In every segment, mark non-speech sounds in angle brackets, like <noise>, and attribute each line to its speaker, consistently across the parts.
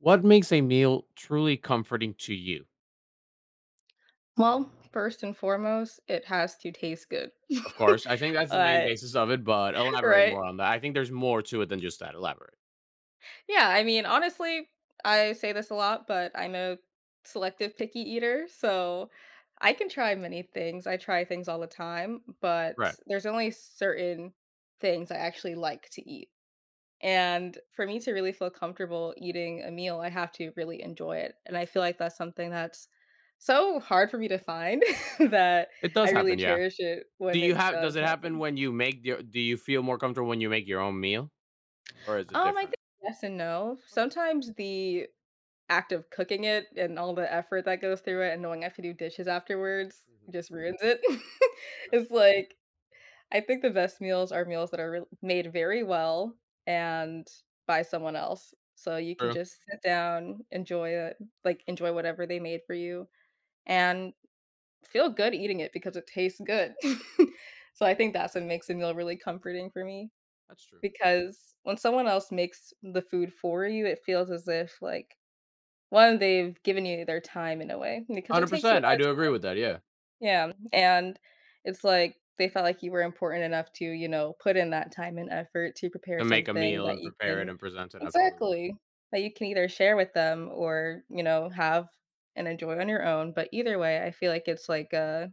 Speaker 1: What makes a meal truly comforting to you?
Speaker 2: Well, first and foremost, it has to taste good. <laughs>
Speaker 1: Of course, I think that's the main
Speaker 2: Uh,
Speaker 1: basis of it, but elaborate
Speaker 2: right?
Speaker 1: more on that. I think there's more to it than just that. Elaborate.
Speaker 2: Honestly, I say this a lot, but I'm a selective picky eater, so I can try many things. I try things all the time, but
Speaker 1: Right.
Speaker 2: there's only certain things I actually like to eat. And for me to really feel comfortable eating a meal, I have to really enjoy it. And I feel like that's something that's so hard for me to find <laughs> that
Speaker 1: It does
Speaker 2: I really
Speaker 1: happen, yeah.
Speaker 2: cherish it
Speaker 1: Do
Speaker 2: when
Speaker 1: you
Speaker 2: it
Speaker 1: have does
Speaker 2: does
Speaker 1: it happen
Speaker 2: happen.
Speaker 1: when you make your do you feel more comfortable when you make your own meal or is it
Speaker 2: I think
Speaker 1: different?
Speaker 2: yes and no.
Speaker 1: Okay.
Speaker 2: Sometimes the act of cooking it and all the effort that goes through it and knowing I have to do dishes afterwards
Speaker 1: Mhm.
Speaker 2: just ruins it. <laughs>
Speaker 1: That's
Speaker 2: It's
Speaker 1: true.
Speaker 2: like I think the best meals are meals that are re made very well and by someone else. So you can
Speaker 1: True.
Speaker 2: just sit down, enjoy it, like, enjoy whatever they made for you, and feel good eating it because it tastes good. <laughs> So I think that's what makes a meal really comforting for me
Speaker 1: That's true.
Speaker 2: because when someone else makes the food for you, it feels as if, like, 1, they've given you their time in a way because it takes a lot
Speaker 1: 100%. I
Speaker 2: of
Speaker 1: do agree
Speaker 2: time,
Speaker 1: with that, yeah.
Speaker 2: yeah, and it's like they felt like you were important enough to, you know, put in that time and effort to prepare
Speaker 1: To make a
Speaker 2: something
Speaker 1: meal
Speaker 2: that
Speaker 1: and
Speaker 2: you
Speaker 1: prepare it
Speaker 2: can
Speaker 1: and present it, absolutely.
Speaker 2: exactly, that you can either share with them or, you know, have and enjoy on your own, but either way, I feel like it's like a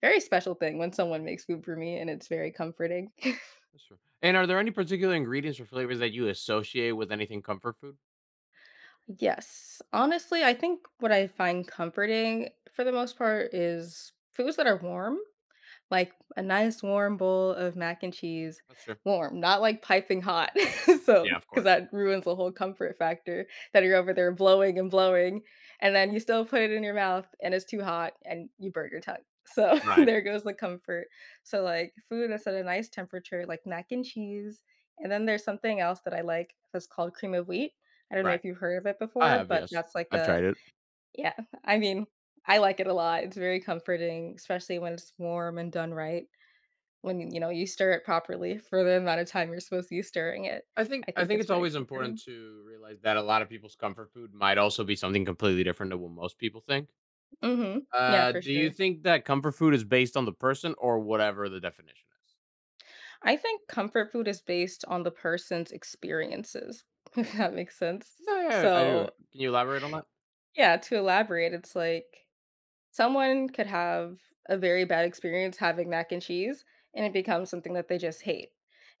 Speaker 2: very special thing when someone makes food for me and it's very comforting. <laughs>
Speaker 1: That's true. And are there any particular ingredients or flavors that you associate with anything comfort food?
Speaker 2: Yes. Honestly, I think what I find comforting for the most part is foods that are warm, like a nice warm bowl of mac and cheese,
Speaker 1: That's true.
Speaker 2: warm, not like piping hot. <laughs> So,
Speaker 1: Yeah, of
Speaker 2: because
Speaker 1: course.
Speaker 2: that ruins the whole comfort factor that you're over there blowing and blowing, and then you still put it in your mouth and it's too hot and you burn your tongue. So, <laughs>
Speaker 1: Right.
Speaker 2: there goes the comfort. So, like food that's at a nice temperature, like mac and cheese. And then there's something else that I like that's called cream of wheat. I don't know
Speaker 1: Right.
Speaker 2: if you've heard of it
Speaker 1: I
Speaker 2: before,
Speaker 1: have,
Speaker 2: but
Speaker 1: yes.
Speaker 2: that's like
Speaker 1: I've
Speaker 2: a
Speaker 1: tried it.
Speaker 2: yeah, I mean, I like it a lot. It's very comforting, especially when it's warm and done right, when, you know, you stir it properly for the amount of time you're supposed to be stirring it.
Speaker 1: I think
Speaker 2: I
Speaker 1: I
Speaker 2: think
Speaker 1: think
Speaker 2: it's
Speaker 1: it's
Speaker 2: very
Speaker 1: always important
Speaker 2: comforting.
Speaker 1: to realize that a lot of people's comfort food might also be something completely different than what most people think.
Speaker 2: Mhm. Yeah, for
Speaker 1: Do you
Speaker 2: sure.
Speaker 1: think that comfort food is based on the person, or whatever the definition is?
Speaker 2: I think comfort food is based on the person's experiences, <laughs> if that makes sense.
Speaker 1: No, yeah, I do.
Speaker 2: So,
Speaker 1: Can you elaborate on that?
Speaker 2: yeah, to elaborate, it's like someone could have a very bad experience having mac and cheese, and it becomes something that they just hate.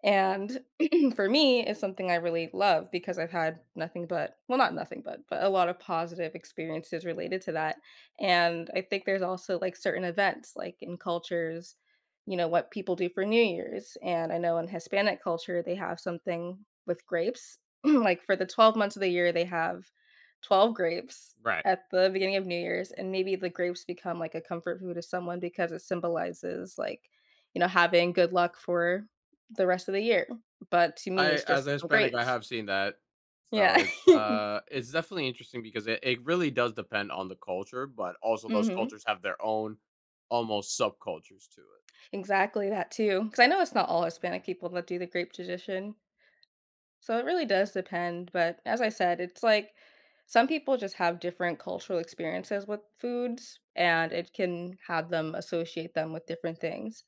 Speaker 2: And <clears throat> for me, it's something I really love because I've had nothing but, well, not nothing but, but a lot of positive experiences related to that. And I think there's also like certain events, like in cultures, you know, what people do for New Year's. And I know in Hispanic culture, they have something with grapes. <clears throat> Like for the 12 months of the year, they have 12 grapes
Speaker 1: Right.
Speaker 2: at the beginning of New Year's, and maybe the grapes become like a comfort food to someone because it symbolizes like, you know, having good luck for the rest of the year. But to me,
Speaker 1: I,
Speaker 2: it's
Speaker 1: as
Speaker 2: just
Speaker 1: a
Speaker 2: some
Speaker 1: Hispanic, I
Speaker 2: grapes.
Speaker 1: have seen that. So
Speaker 2: Yeah. <laughs>
Speaker 1: it's definitely interesting because it really does depend on the culture, but also those
Speaker 2: Mhm.
Speaker 1: cultures have their own almost subcultures to it.
Speaker 2: Exactly that too. Because I know it's not all Hispanic people that do the grape tradition. So it really does depend. But as I said, it's like some people just have different cultural experiences with foods and it can have them associate them with different things.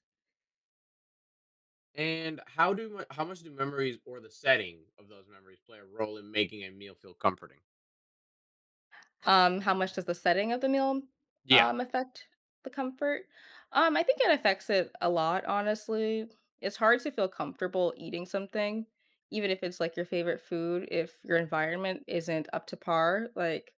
Speaker 1: And how much do memories or the setting of those memories play a role in making a meal feel comforting?
Speaker 2: How much does the setting of the meal
Speaker 1: Yeah.
Speaker 2: affect the comfort? I think it affects it a lot, honestly. It's hard to feel comfortable eating something, even if it's like your favorite food, if your environment isn't up to par. Like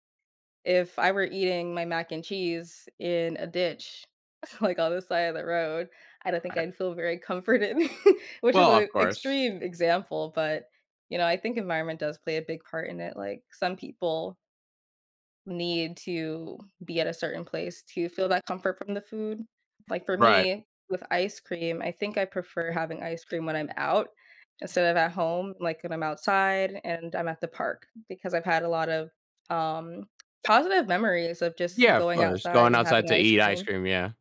Speaker 2: if I were eating my mac and cheese in a ditch, <laughs> like on the side of the road, I don't think
Speaker 1: Right.
Speaker 2: I'd feel very comforted, <laughs> which is
Speaker 1: Well, of
Speaker 2: an
Speaker 1: course.
Speaker 2: extreme example, but you know, I think environment does play a big part in it. Like some people need to be at a certain place to feel that comfort from the food. Like for
Speaker 1: Right.
Speaker 2: me, with ice cream, I think I prefer having ice cream when I'm out instead of at home, like when I'm outside and I'm at the park because I've had a lot of um positive memories of just
Speaker 1: Yeah, of
Speaker 2: going
Speaker 1: course.
Speaker 2: outside
Speaker 1: Going
Speaker 2: and
Speaker 1: outside
Speaker 2: having
Speaker 1: to
Speaker 2: ice
Speaker 1: eat ice
Speaker 2: cream.
Speaker 1: cream. Yeah.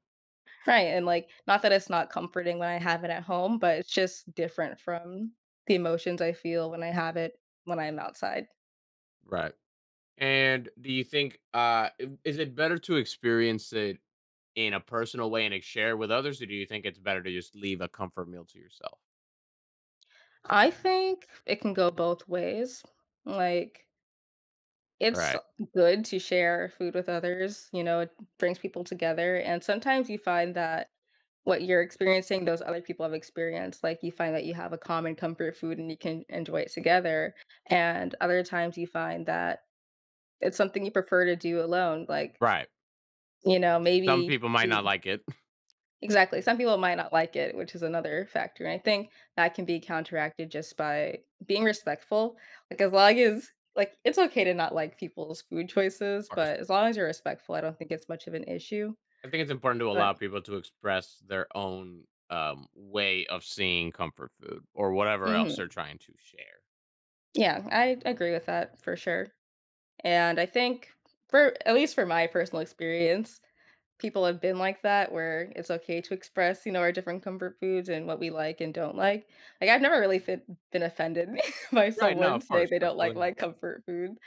Speaker 2: Right. And like not that it's not comforting when I have it at home, but it's just different from the emotions I feel when I have it when I'm outside.
Speaker 1: Right. And do you think is it better to experience it in a personal way and share with others, or do you think it's better to just leave a comfort meal to yourself?
Speaker 2: I think it can go both ways. Like, it's
Speaker 1: Right.
Speaker 2: good to share food with others, you know, it brings people together. And sometimes you find that what you're experiencing, those other people have experienced. Like, you find that you have a common comfort food and you can enjoy it together. And other times you find that it's something you prefer to do alone. Like,
Speaker 1: Right.
Speaker 2: you know,
Speaker 1: Some
Speaker 2: maybe
Speaker 1: people might
Speaker 2: you
Speaker 1: not like it. <laughs>
Speaker 2: exactly, some people might not like it, which is another factor, and I think that can be counteracted just by being respectful, like, as long as like, it's okay to not like people's food
Speaker 1: Of
Speaker 2: choices,
Speaker 1: course.
Speaker 2: but as long as you're respectful, I don't think it's much of an issue,
Speaker 1: I think it's important to allow
Speaker 2: but
Speaker 1: people to express their own way of seeing comfort food or whatever else they're
Speaker 2: mhm.
Speaker 1: trying to share.
Speaker 2: Yeah, I agree with that for sure, and I think for at least for my personal experience, people have been like that where it's okay to express, you know, our different comfort foods and what we like and don't like. Like, I've never really fe been offended <laughs> by
Speaker 1: Right? No,
Speaker 2: someone
Speaker 1: of
Speaker 2: saying
Speaker 1: course,
Speaker 2: they don't like
Speaker 1: absolutely
Speaker 2: my
Speaker 1: not.
Speaker 2: comfort food.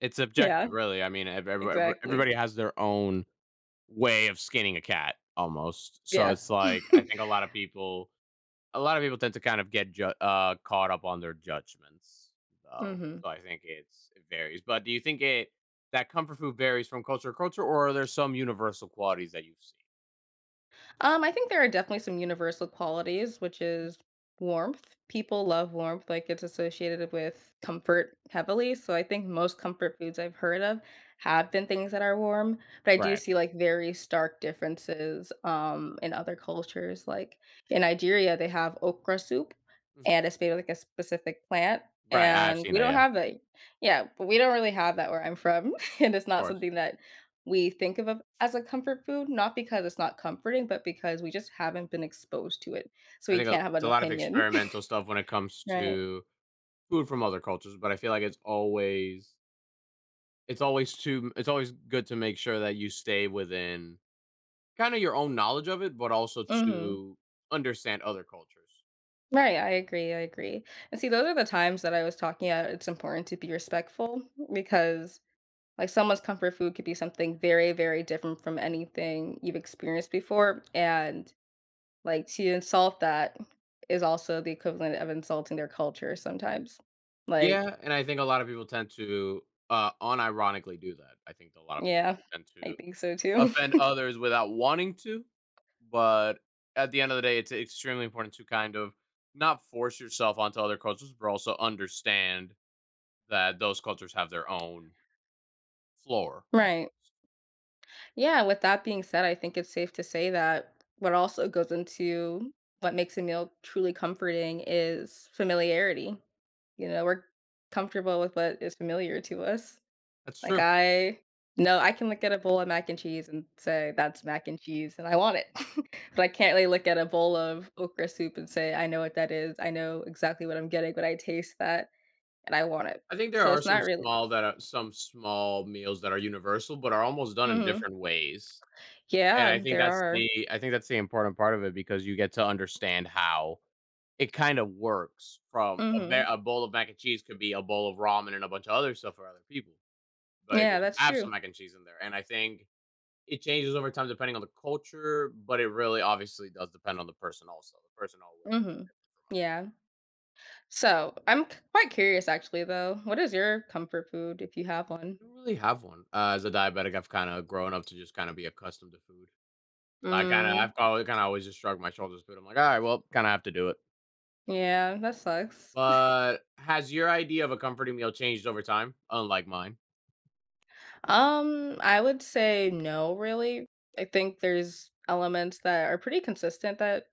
Speaker 1: It's
Speaker 2: Yeah,
Speaker 1: subjective, really. I mean,
Speaker 2: exactly.
Speaker 1: everybody has their own way of skinning a cat, almost. So
Speaker 2: Yeah.
Speaker 1: it's like I
Speaker 2: <laughs>
Speaker 1: think a lot of people, a lot of people tend to kind of caught up on their judgments, though.
Speaker 2: Mhm.
Speaker 1: So I think it varies. But do you think it that comfort food varies from culture to culture, or are there some universal qualities that you've seen?
Speaker 2: I think there are definitely some universal qualities, which is warmth. People love warmth, like it's associated with comfort heavily. So I think most comfort foods I've heard of have been things that are warm, but I do
Speaker 1: Right.
Speaker 2: see like very stark differences in other cultures. Like in Nigeria, they have okra soup and it's made with like a specific plant.
Speaker 1: Right, I have
Speaker 2: And
Speaker 1: seen
Speaker 2: we
Speaker 1: that,
Speaker 2: don't
Speaker 1: yeah, of
Speaker 2: have that. Yeah, but we don't really have that where I'm from. <laughs> And it's not
Speaker 1: course.
Speaker 2: something that we think of it as a comfort food, not because it's not comforting, but because we just haven't been exposed to it, so
Speaker 1: I
Speaker 2: we
Speaker 1: think,
Speaker 2: can't have
Speaker 1: it's
Speaker 2: an
Speaker 1: a lot of
Speaker 2: opinion. <laughs>
Speaker 1: experimental stuff when it comes
Speaker 2: Right.
Speaker 1: to food from other cultures, but I feel like it's always good to make sure that you stay within kinda your own knowledge of it, but also
Speaker 2: Mhm.
Speaker 1: to understand other cultures.
Speaker 2: Right, I agree. And see, those are the times that I was talking about. It's important to be respectful because, like, someone's comfort food could be something very, very different from anything you've experienced before, and, like, to insult that is also the equivalent of insulting their culture sometimes. Like
Speaker 1: Yeah, and I think a lot of people tend to, unironically do that. I think a lot of people
Speaker 2: yeah,
Speaker 1: do tend
Speaker 2: I
Speaker 1: to
Speaker 2: think so too.
Speaker 1: offend others without wanting to, but at the end of the day, it's extremely important to kind of not force yourself onto other cultures, but also understand that those cultures have their own floor.
Speaker 2: <laughs>
Speaker 1: Al-
Speaker 2: Right. Yeah, with that being said, I think it's safe to say that what also goes into what makes a meal truly comforting is familiarity. You know, we're comfortable with what is familiar to us.
Speaker 1: That's
Speaker 2: Like
Speaker 1: true.
Speaker 2: I no, I can look at a bowl of mac and cheese and say that's mac and cheese and I want it. <laughs> But I can't really look at a bowl of okra soup and say I know what that is. I know exactly what I'm getting when I taste that and I want it.
Speaker 1: I think there
Speaker 2: So
Speaker 1: are
Speaker 2: it's
Speaker 1: some
Speaker 2: not really
Speaker 1: small that are some small meals that are universal, but are almost done in
Speaker 2: mhm.
Speaker 1: different ways. And
Speaker 2: Yeah, there are.
Speaker 1: I think that's the important part of it, because you get to understand how it kind of works. From
Speaker 2: Mhm.
Speaker 1: a bowl of mac and cheese could be a bowl of ramen and a bunch of other stuff for other people. But if you
Speaker 2: Yeah, that's
Speaker 1: have
Speaker 2: true.
Speaker 1: some mac and cheese in there, and I think it changes over time depending on the culture, but it really obviously does depend on the person also. The person always
Speaker 2: Mhm. Yeah. So, I'm quite curious actually though. What is your comfort food if you have one?
Speaker 1: I don't really have one. As a diabetic, I've kind of grown up to just kind of be accustomed to food. So I kind of, I've
Speaker 2: Mm,
Speaker 1: always kind of always just shrugged my shoulders with food. I'm like, all right, well, kind of have to do it.
Speaker 2: yeah, that sucks. <laughs>
Speaker 1: But has your idea of a comforting meal changed over time? Unlike mine.
Speaker 2: I would say no, really. I think there's elements that are pretty consistent that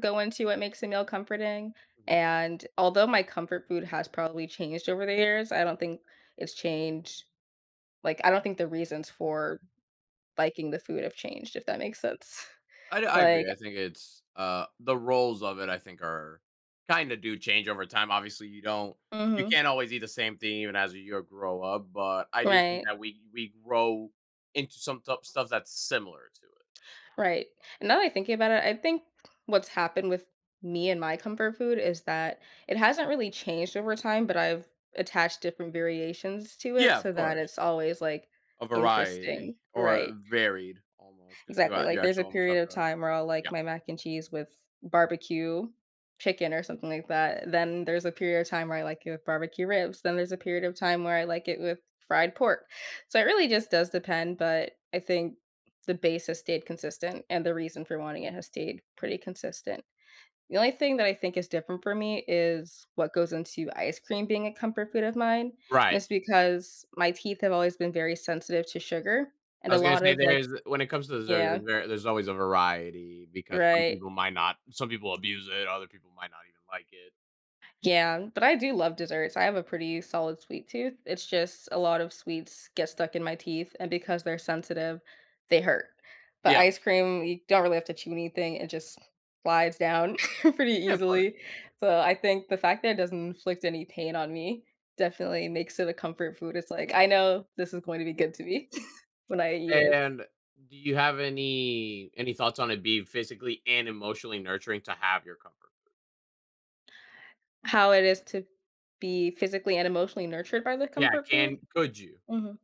Speaker 2: go into what makes a meal comforting.
Speaker 1: Who,
Speaker 2: And although my comfort food has probably changed over the years, I don't think it's changed. Like, I don't think the reasons for liking the food have changed, if that makes sense. <laughs>
Speaker 1: I
Speaker 2: Like,
Speaker 1: agree. I think it's, the roles of it, I think, are kinda do change over time. Obviously, you
Speaker 2: hmm
Speaker 1: can't always eat the same thing even as you grow up, but I do think
Speaker 2: right.
Speaker 1: that we grow into some tup stuff that's similar to it.
Speaker 2: Right. And now that I think about it, I think what's happened with me and my comfort food is that it hasn't really changed over time, but I've attached different variations to it
Speaker 1: Yeah, of
Speaker 2: so that
Speaker 1: course.
Speaker 2: it's always like
Speaker 1: A variety
Speaker 2: interesting.
Speaker 1: or
Speaker 2: Right.
Speaker 1: varied almost, because
Speaker 2: Exactly,
Speaker 1: you
Speaker 2: like, there's
Speaker 1: actually
Speaker 2: a
Speaker 1: almost have
Speaker 2: period of
Speaker 1: to
Speaker 2: time where I'll
Speaker 1: yeah,
Speaker 2: like my mac and cheese with barbecue chicken or something like that, then there's a period of time where I like it with barbecue ribs, then there's a period of time where I like it with fried pork. So, it really just does depend, but I think the base has stayed consistent and the reason for wanting it has stayed pretty consistent. The only thing that I think is different for me is what goes into ice cream being a comfort food of mine, and
Speaker 1: right.
Speaker 2: it's because my teeth have always been very sensitive to sugar, and
Speaker 1: I
Speaker 2: a
Speaker 1: was gonna
Speaker 2: lot
Speaker 1: say
Speaker 2: of like
Speaker 1: there's when it comes to dessert,
Speaker 2: yeah.
Speaker 1: there's always a variety because some
Speaker 2: Right.
Speaker 1: people might not some people abuse it, other people might not even like it.
Speaker 2: Yeah, but I do love desserts. I have a pretty solid sweet tooth. It's just a lot of sweets get stuck in my teeth, and because they're sensitive, they hurt. But
Speaker 1: Yeah,
Speaker 2: ice cream, you don't really have to chew anything. It just slides down <laughs> pretty
Speaker 1: yeah, of course.
Speaker 2: easily. So I think the fact that it doesn't inflict any pain on me definitely makes it a comfort food. It's like, I know this is going to be good to me <laughs> when I eat it.
Speaker 1: And do you have any thoughts on it being physically and emotionally nurturing to have your comfort food?
Speaker 2: How it is to be physically and emotionally nurtured by the
Speaker 1: Yeah,
Speaker 2: comfort food.
Speaker 1: can could you?
Speaker 2: Mhm.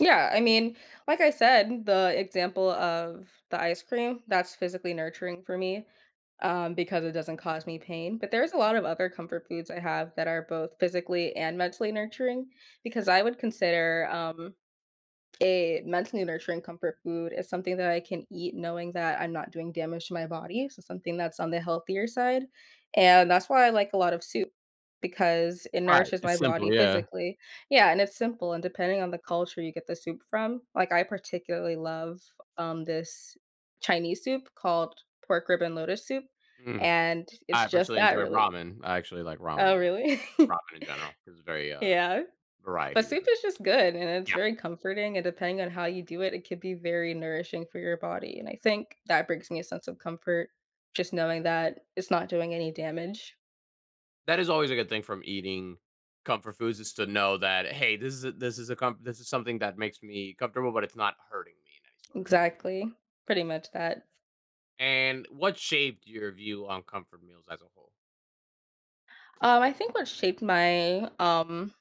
Speaker 2: Yeah, I mean, like I said, the example of the ice cream, that's physically nurturing for me, because it doesn't cause me pain, but there's a lot of other comfort foods I have that are both physically and mentally nurturing because I would consider, a mentally nurturing comfort food is something that I can eat knowing that I'm not doing damage to my body, so something that's on the healthier side, and that's why I like a lot of soup because it
Speaker 1: Right,
Speaker 2: nourishes
Speaker 1: it's
Speaker 2: my
Speaker 1: simple,
Speaker 2: body
Speaker 1: yeah.
Speaker 2: physically. Yeah, and it's simple, and depending on the culture you get the soup from, like, I particularly love, this Chinese soup called pork rib and lotus soup,
Speaker 1: Mm.
Speaker 2: and it's
Speaker 1: I
Speaker 2: just
Speaker 1: personally
Speaker 2: that
Speaker 1: enjoy
Speaker 2: really.
Speaker 1: ramen. I actually like ramen a
Speaker 2: Oh,
Speaker 1: lot,
Speaker 2: really? <laughs>
Speaker 1: ramen in general because it's very,
Speaker 2: Yeah. But
Speaker 1: variety.
Speaker 2: soup is just good and it's
Speaker 1: Yeah,
Speaker 2: very comforting, and depending on how you do it, it could be very nourishing for your body, and I think that brings me a sense of comfort just knowing that it's not doing any damage.
Speaker 1: that is always a good thing from eating comfort foods is to know that, "Hey, this is a comf this is something that makes me comfortable, but it's not hurting me in any sort of."
Speaker 2: Exactly. Pretty much that.
Speaker 1: And what shaped your view on comfort meals as a whole?
Speaker 2: I think what shaped my,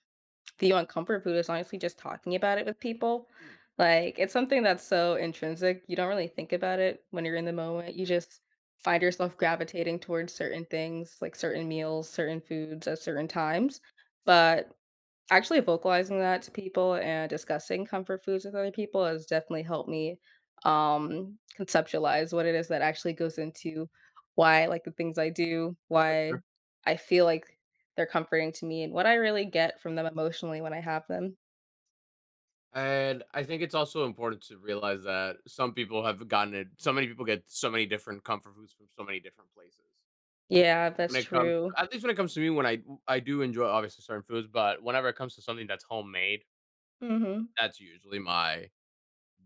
Speaker 2: view on comfort food is honestly just talking about it with people.
Speaker 1: Hmm,
Speaker 2: Like, it's something that's so intrinsic, you don't really think about it when you're in the moment, you just find yourself gravitating towards certain things, like certain meals, certain foods at certain times, but actually vocalizing that to people and discussing comfort foods with other people has definitely helped me, conceptualize what it is that actually goes into why I like the things I do,
Speaker 1: that's true.
Speaker 2: why I feel like they're comforting to me, and what I really get from them emotionally when I have them.
Speaker 1: And I think it's also important to realize that some people have gotten it so many people get so many different comfort foods from so many different places.
Speaker 2: Yeah, that's true.
Speaker 1: When it comes to me, when I do enjoy, obviously, certain foods, but whenever it comes to something that's homemade,
Speaker 2: Mhm.
Speaker 1: that's usually my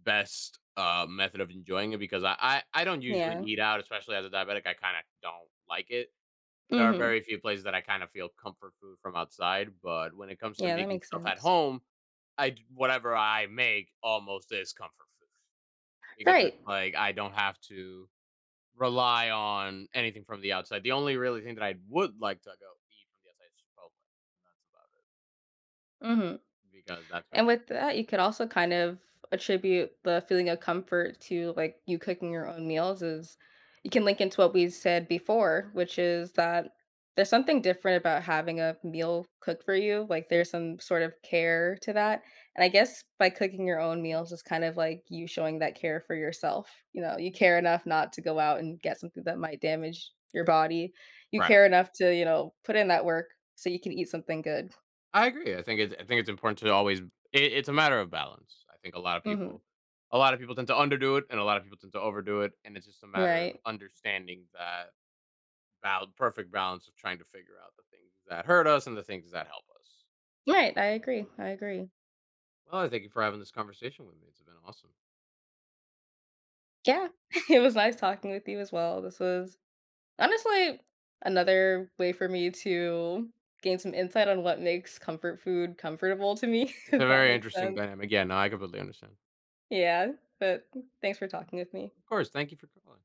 Speaker 1: best, method of enjoying it, because I don't usually
Speaker 2: Yeah.
Speaker 1: eat out. Especially as a diabetic, I kinda don't like it. There are
Speaker 2: Mhm.
Speaker 1: very few places that I kinda feel comfort food from outside, but when it comes to
Speaker 2: Yeah, that
Speaker 1: making
Speaker 2: makes
Speaker 1: stuff at
Speaker 2: sense.
Speaker 1: home, I d whatever I make almost is comfort food, because it's
Speaker 2: Right.
Speaker 1: like I don't have to rely on anything from the outside. The only really thing that I would like to go eat from the outside is Chipotle, and that's about
Speaker 2: Mhm.
Speaker 1: it, because that's
Speaker 2: And
Speaker 1: really
Speaker 2: with that, you could also kind of attribute the feeling of comfort to, like, you cooking your own meals is you can link into what we said before, which is that there's something different about having a meal cooked for you. Like there's some sort of care to that. And I guess by cooking your own meals is kind of like you showing that care for yourself. You care enough not to go out and get something that might damage your body. You
Speaker 1: right.
Speaker 2: care enough to, put in that work so you can eat something good.
Speaker 1: I agree. I think it's important to always it's a matter of balance. I think a lot of
Speaker 2: hmm
Speaker 1: people a lot of people tend to underdo it, and a lot of people tend to overdo it, and it's just a matter of
Speaker 2: Right.
Speaker 1: understanding that perfect balance of trying to figure out the things that hurt us and the things that help us.
Speaker 2: Right, I agree, I agree.
Speaker 1: Well, I thank you for having this conversation with me. It's been awesome.
Speaker 2: Yeah, <laughs> it was nice talking with you as well. This was honestly another way for me to gain some insight on what makes comfort food comfortable to me, <laughs>
Speaker 1: It's a
Speaker 2: if that
Speaker 1: very
Speaker 2: makes
Speaker 1: interesting
Speaker 2: sense.
Speaker 1: dynamic. Yeah, no, I completely understand.
Speaker 2: Yeah, but thanks for talking with me.
Speaker 1: Of course. Thank you for calling.